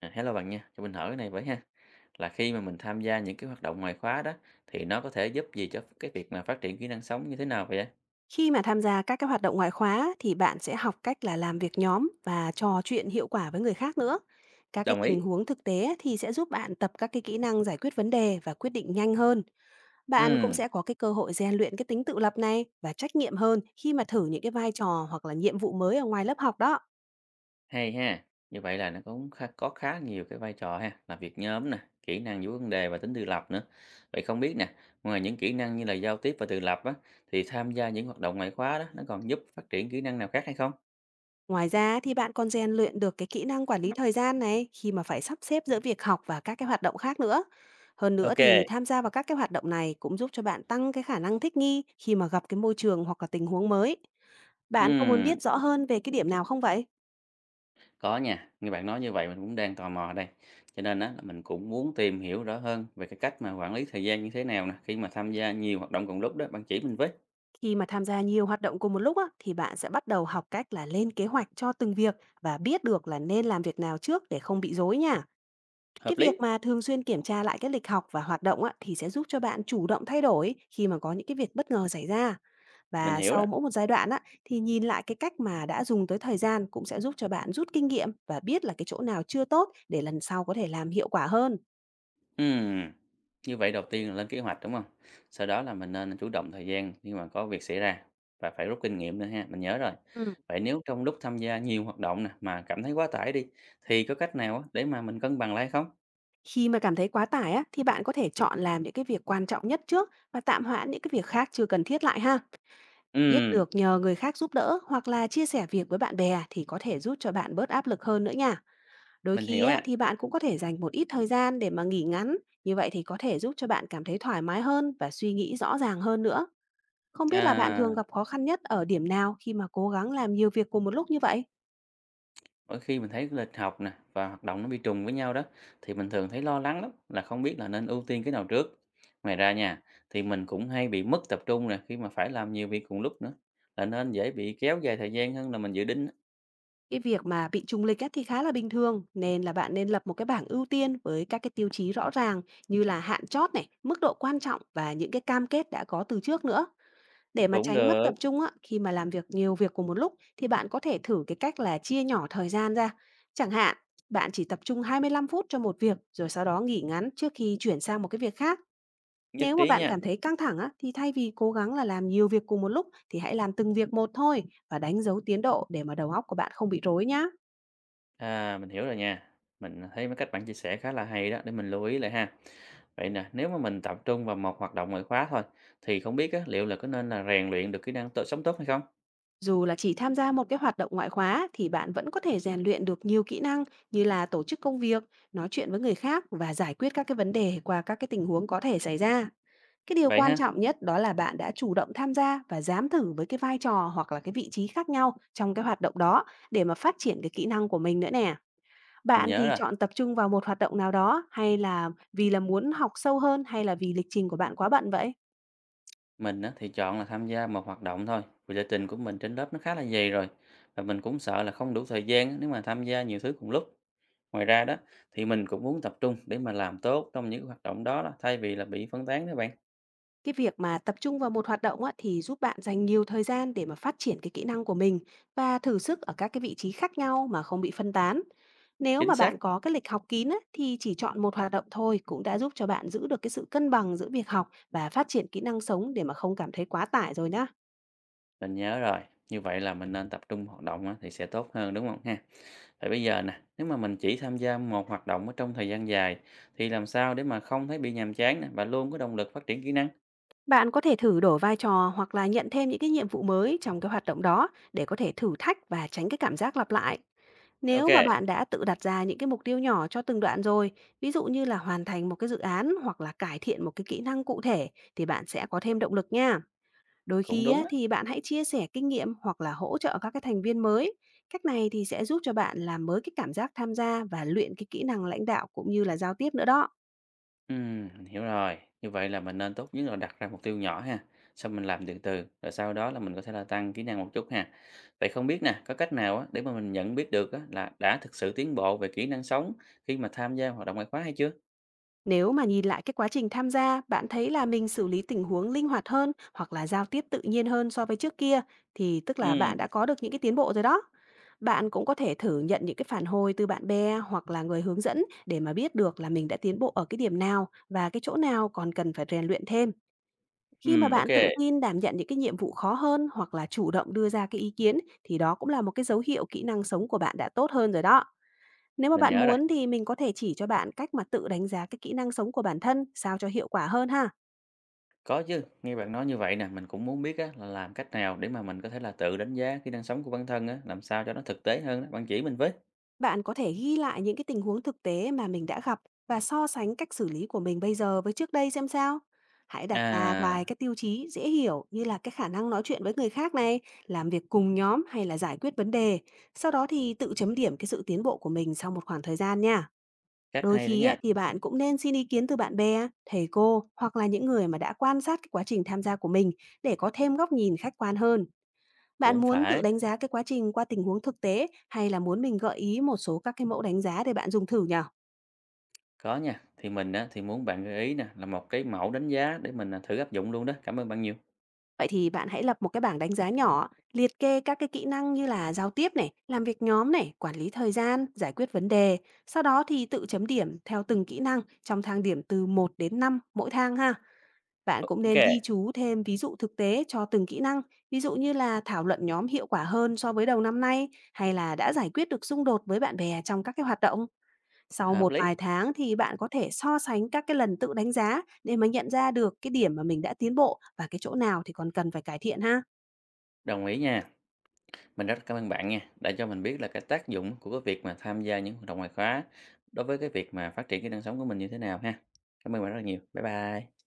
À, hello bạn nha, cho mình hỏi cái này với ha. Là khi mà mình tham gia những cái hoạt động ngoài khóa đó thì nó có thể giúp gì cho cái việc mà phát triển kỹ năng sống như thế nào vậy? Ạ? Khi mà tham gia các cái hoạt động ngoại khóa thì bạn sẽ học cách là làm việc nhóm và trò chuyện hiệu quả với người khác nữa. Các cái Đồng ý. tình huống thực tế thì sẽ giúp bạn tập các cái kỹ năng giải quyết vấn đề và quyết định nhanh hơn. Bạn cũng Ừ, sẽ có cái cơ hội rèn luyện cái tính tự lập này và trách nhiệm hơn khi mà thử những cái vai trò hoặc là nhiệm vụ mới ở ngoài lớp học đó. hay ha. Như vậy là nó cũng có khá nhiều cái vai trò ha, là việc nhóm nè, kỹ năng giải quyết vấn đề và tính tự lập nữa. Vậy không biết nè, ngoài những kỹ năng như là giao tiếp và tự lập á thì tham gia những hoạt động ngoại khóa đó nó còn giúp phát triển kỹ năng nào khác hay không? Ngoài ra thì bạn còn rèn luyện được cái kỹ năng quản lý thời gian này khi mà phải sắp xếp giữa việc học và các cái hoạt động khác nữa. Hơn nữa Ok. thì tham gia vào các cái hoạt động này cũng giúp cho bạn tăng cái khả năng thích nghi khi mà gặp cái môi trường hoặc là tình huống mới. Bạn có muốn Ừ. biết rõ hơn về cái điểm nào không vậy? Có nha, nghe bạn nói như vậy mình cũng đang tò mò đây. Cho nên á là mình cũng muốn tìm hiểu rõ hơn về cái cách mà quản lý thời gian như thế nào nè, khi mà tham gia nhiều hoạt động cùng lúc đó, bạn chỉ mình với. Khi mà tham gia nhiều hoạt động cùng một lúc á, thì bạn sẽ bắt đầu học cách là lên kế hoạch cho từng việc và biết được là nên làm việc nào trước để không bị rối nha. Cái Hợp việc lý, mà thường xuyên kiểm tra lại cái lịch học và hoạt động á, thì sẽ giúp cho bạn chủ động thay đổi khi mà có những cái việc bất ngờ xảy ra. mình Và hiểu đó. sau mỗi một giai đoạn á, thì nhìn lại cái cách mà đã dùng tới thời gian cũng sẽ giúp cho bạn rút kinh nghiệm và biết là cái chỗ nào chưa tốt để lần sau có thể làm hiệu quả hơn. Ừm, Như vậy đầu tiên là lên kế hoạch đúng không? Sau đó là mình nên chủ động thời gian khi mà có việc xảy ra và phải rút kinh nghiệm nữa ha, mình nhớ rồi. Ừ. Vậy nếu trong lúc tham gia nhiều hoạt động nè mà cảm thấy quá tải đi thì có cách nào á để mà mình cân bằng lại không? Khi mà cảm thấy quá tải á, thì bạn có thể chọn làm những cái việc quan trọng nhất trước và tạm hoãn những cái việc khác chưa cần thiết lại ha. Biết Ừm, được nhờ người khác giúp đỡ hoặc là chia sẻ việc với bạn bè thì có thể giúp cho bạn bớt áp lực hơn nữa nha. Đôi mình khi hiểu á, ạ. thì bạn cũng có thể dành một ít thời gian để mà nghỉ ngắn. Như vậy thì có thể giúp cho bạn cảm thấy thoải mái hơn và suy nghĩ rõ ràng hơn nữa. Không biết là bạn À. thường gặp khó khăn nhất ở điểm nào khi mà cố gắng làm nhiều việc cùng một lúc như vậy? Mỗi khi mình thấy cái lịch học nè và hoạt động nó bị trùng với nhau đó thì mình thường thấy lo lắng lắm là không biết là nên ưu tiên cái nào trước. Ngoài ra nha thì mình cũng hay bị mất tập trung nè khi mà phải làm nhiều việc cùng lúc nữa là nên dễ bị kéo dài thời gian hơn là mình dự định á. Cái việc mà bị trùng lịch á thì khá là bình thường, nên là bạn nên lập một cái bảng ưu tiên với các cái tiêu chí rõ ràng như là hạn chót này, mức độ quan trọng và những cái cam kết đã có từ trước nữa. Để mà Cũng tránh mất được, tập trung á, khi mà làm việc nhiều việc cùng một lúc thì bạn có thể thử cái cách là chia nhỏ thời gian ra. Chẳng hạn, bạn chỉ tập trung 25 phút cho một việc rồi sau đó nghỉ ngắn trước khi chuyển sang một cái việc khác. nhất Nếu mà trí bạn nha. cảm thấy căng thẳng á, thì thay vì cố gắng là làm nhiều việc cùng một lúc thì hãy làm từng việc một thôi và đánh dấu tiến độ để mà đầu óc của bạn không bị rối nhá. À mình hiểu rồi nha. Mình thấy mấy cách bạn chia sẻ khá là hay đó để mình lưu ý lại ha. Vậy nè, nếu mà mình tập trung vào một hoạt động ngoại khóa thôi thì không biết á, liệu là có nên là rèn luyện được kỹ năng tự sống tốt hay không? Dù là chỉ tham gia một cái hoạt động ngoại khóa thì bạn vẫn có thể rèn luyện được nhiều kỹ năng như là tổ chức công việc, nói chuyện với người khác và giải quyết các cái vấn đề qua các cái tình huống có thể xảy ra. Cái điều Vậy quan ha, trọng nhất đó là bạn đã chủ động tham gia và dám thử với cái vai trò hoặc là cái vị trí khác nhau trong cái hoạt động đó để mà phát triển cái kỹ năng của mình nữa nè. mình Bạn nhớ thì rồi. chọn tập trung vào một hoạt động nào đó hay là vì là muốn học sâu hơn hay là vì lịch trình của bạn quá bận vậy? Mình á, thì chọn là tham gia một hoạt động thôi, vì lịch trình của mình trên lớp nó khá là dày rồi và mình cũng sợ là không đủ thời gian á, nếu mà tham gia nhiều thứ cùng lúc. Ngoài ra đó thì mình cũng muốn tập trung để mà làm tốt trong những hoạt động đó thay vì là bị phân tán đó bạn. Cái việc mà tập trung vào một hoạt động á, thì giúp bạn dành nhiều thời gian để mà phát triển cái kỹ năng của mình và thử sức ở các cái vị trí khác nhau mà không bị phân tán. Nếu Chính mà xác, bạn có cái lịch học kín á, thì chỉ chọn một hoạt động thôi cũng đã giúp cho bạn giữ được cái sự cân bằng giữa việc học và phát triển kỹ năng sống để mà không cảm thấy quá tải rồi nhá. mình nhớ rồi. Như vậy là mình nên tập trung hoạt động á, thì sẽ tốt hơn đúng không ha? Vậy bây giờ nè, nếu mà mình chỉ tham gia một hoạt động ở trong thời gian dài thì làm sao để mà không thấy bị nhàm chán nè và luôn có động lực phát triển kỹ năng? Bạn có thể thử đổi vai trò hoặc là nhận thêm những cái nhiệm vụ mới trong cái hoạt động đó để có thể thử thách và tránh cái cảm giác lặp lại. Nếu Ok, mà bạn đã tự đặt ra những cái mục tiêu nhỏ cho từng đoạn rồi, ví dụ như là hoàn thành một cái dự án hoặc là cải thiện một cái kỹ năng cụ thể thì bạn sẽ có thêm động lực nha. Đôi cũng khi á, đúng á. thì bạn hãy chia sẻ kinh nghiệm hoặc là hỗ trợ các cái thành viên mới. Cách này thì sẽ giúp cho bạn làm mới cái cảm giác tham gia và luyện cái kỹ năng lãnh đạo cũng như là giao tiếp nữa đó. Mình hiểu rồi. Như vậy là mình nên tốt nhất là đặt ra mục tiêu nhỏ ha, xong mình làm từ từ, rồi sau đó là mình có thể là tăng kỹ năng một chút ha. Vậy không biết nè, có cách nào á để mà mình nhận biết được á là đã thực sự tiến bộ về kỹ năng sống khi mà tham gia hoạt động ngoại khóa hay chưa? Nếu mà nhìn lại cái quá trình tham gia, bạn thấy là mình xử lý tình huống linh hoạt hơn hoặc là giao tiếp tự nhiên hơn so với trước kia thì tức là bạn đã Ừm, có được những cái tiến bộ rồi đó. Bạn cũng có thể thử nhận những cái phản hồi từ bạn bè hoặc là người hướng dẫn để mà biết được là mình đã tiến bộ ở cái điểm nào và cái chỗ nào còn cần phải rèn luyện thêm. Khi mà ừm, ok, bạn tự tin đảm nhận những cái nhiệm vụ khó hơn hoặc là chủ động đưa ra cái ý kiến thì đó cũng là một cái dấu hiệu kỹ năng sống của bạn đã tốt hơn rồi đó. Nếu mà mình bạn nhớ rồi. muốn thì mình có thể chỉ cho bạn cách mà tự đánh giá cái kỹ năng sống của bản thân sao cho hiệu quả hơn ha. Có chứ, nghe bạn nói như vậy nè, mình cũng muốn biết á là làm cách nào để mà mình có thể là tự đánh giá kỹ năng sống của bản thân á, làm sao cho nó thực tế hơn đó. Bạn chỉ mình với. Bạn có thể ghi lại những cái tình huống thực tế mà mình đã gặp và so sánh cách xử lý của mình bây giờ với trước đây xem sao. Hãy đặt ra vài À, cái tiêu chí dễ hiểu như là cái khả năng nói chuyện với người khác này, làm việc cùng nhóm hay là giải quyết vấn đề. Sau đó thì tự chấm điểm cái sự tiến bộ của mình sau một khoảng thời gian nha. cách Đôi hay đó khi á, nha. thì bạn cũng nên xin ý kiến từ bạn bè, thầy cô hoặc là những người mà đã quan sát cái quá trình tham gia của mình để có thêm góc nhìn khách quan hơn. Bạn Cũng muốn tự phải. đánh giá cái quá trình qua tình huống thực tế hay là muốn mình gợi ý một số các cái mẫu đánh giá để bạn dùng thử nhỉ? Có nha, thì mình á, thì muốn bạn gợi ý nè là một cái mẫu đánh giá để mình, thử áp dụng luôn đó. Cảm ơn bạn nhiều. Vậy thì bạn hãy lập một cái bảng đánh giá nhỏ, liệt kê các cái kỹ năng như là giao tiếp này, làm việc nhóm này, quản lý thời gian, giải quyết vấn đề. Sau đó thì tự chấm điểm theo từng kỹ năng trong thang điểm từ một đến 5 mỗi thang ha. Bạn cũng nên ghi OK. chú thêm ví dụ thực tế cho từng kỹ năng, ví dụ như là thảo luận nhóm hiệu quả hơn so với đầu năm nay hay là đã giải quyết được xung đột với bạn bè trong các cái hoạt động. Sau Hợp một lý. vài tháng thì bạn có thể so sánh các cái lần tự đánh giá để mà nhận ra được cái điểm mà mình đã tiến bộ và cái chỗ nào thì còn cần phải cải thiện ha. Đồng ý nha. Mình rất cảm ơn bạn nha, đã cho mình biết là cái tác dụng của cái việc mà tham gia những hoạt động ngoại khóa đối với cái việc mà phát triển kỹ năng sống của mình như thế nào ha. Cảm ơn bạn rất là nhiều. Bye bye.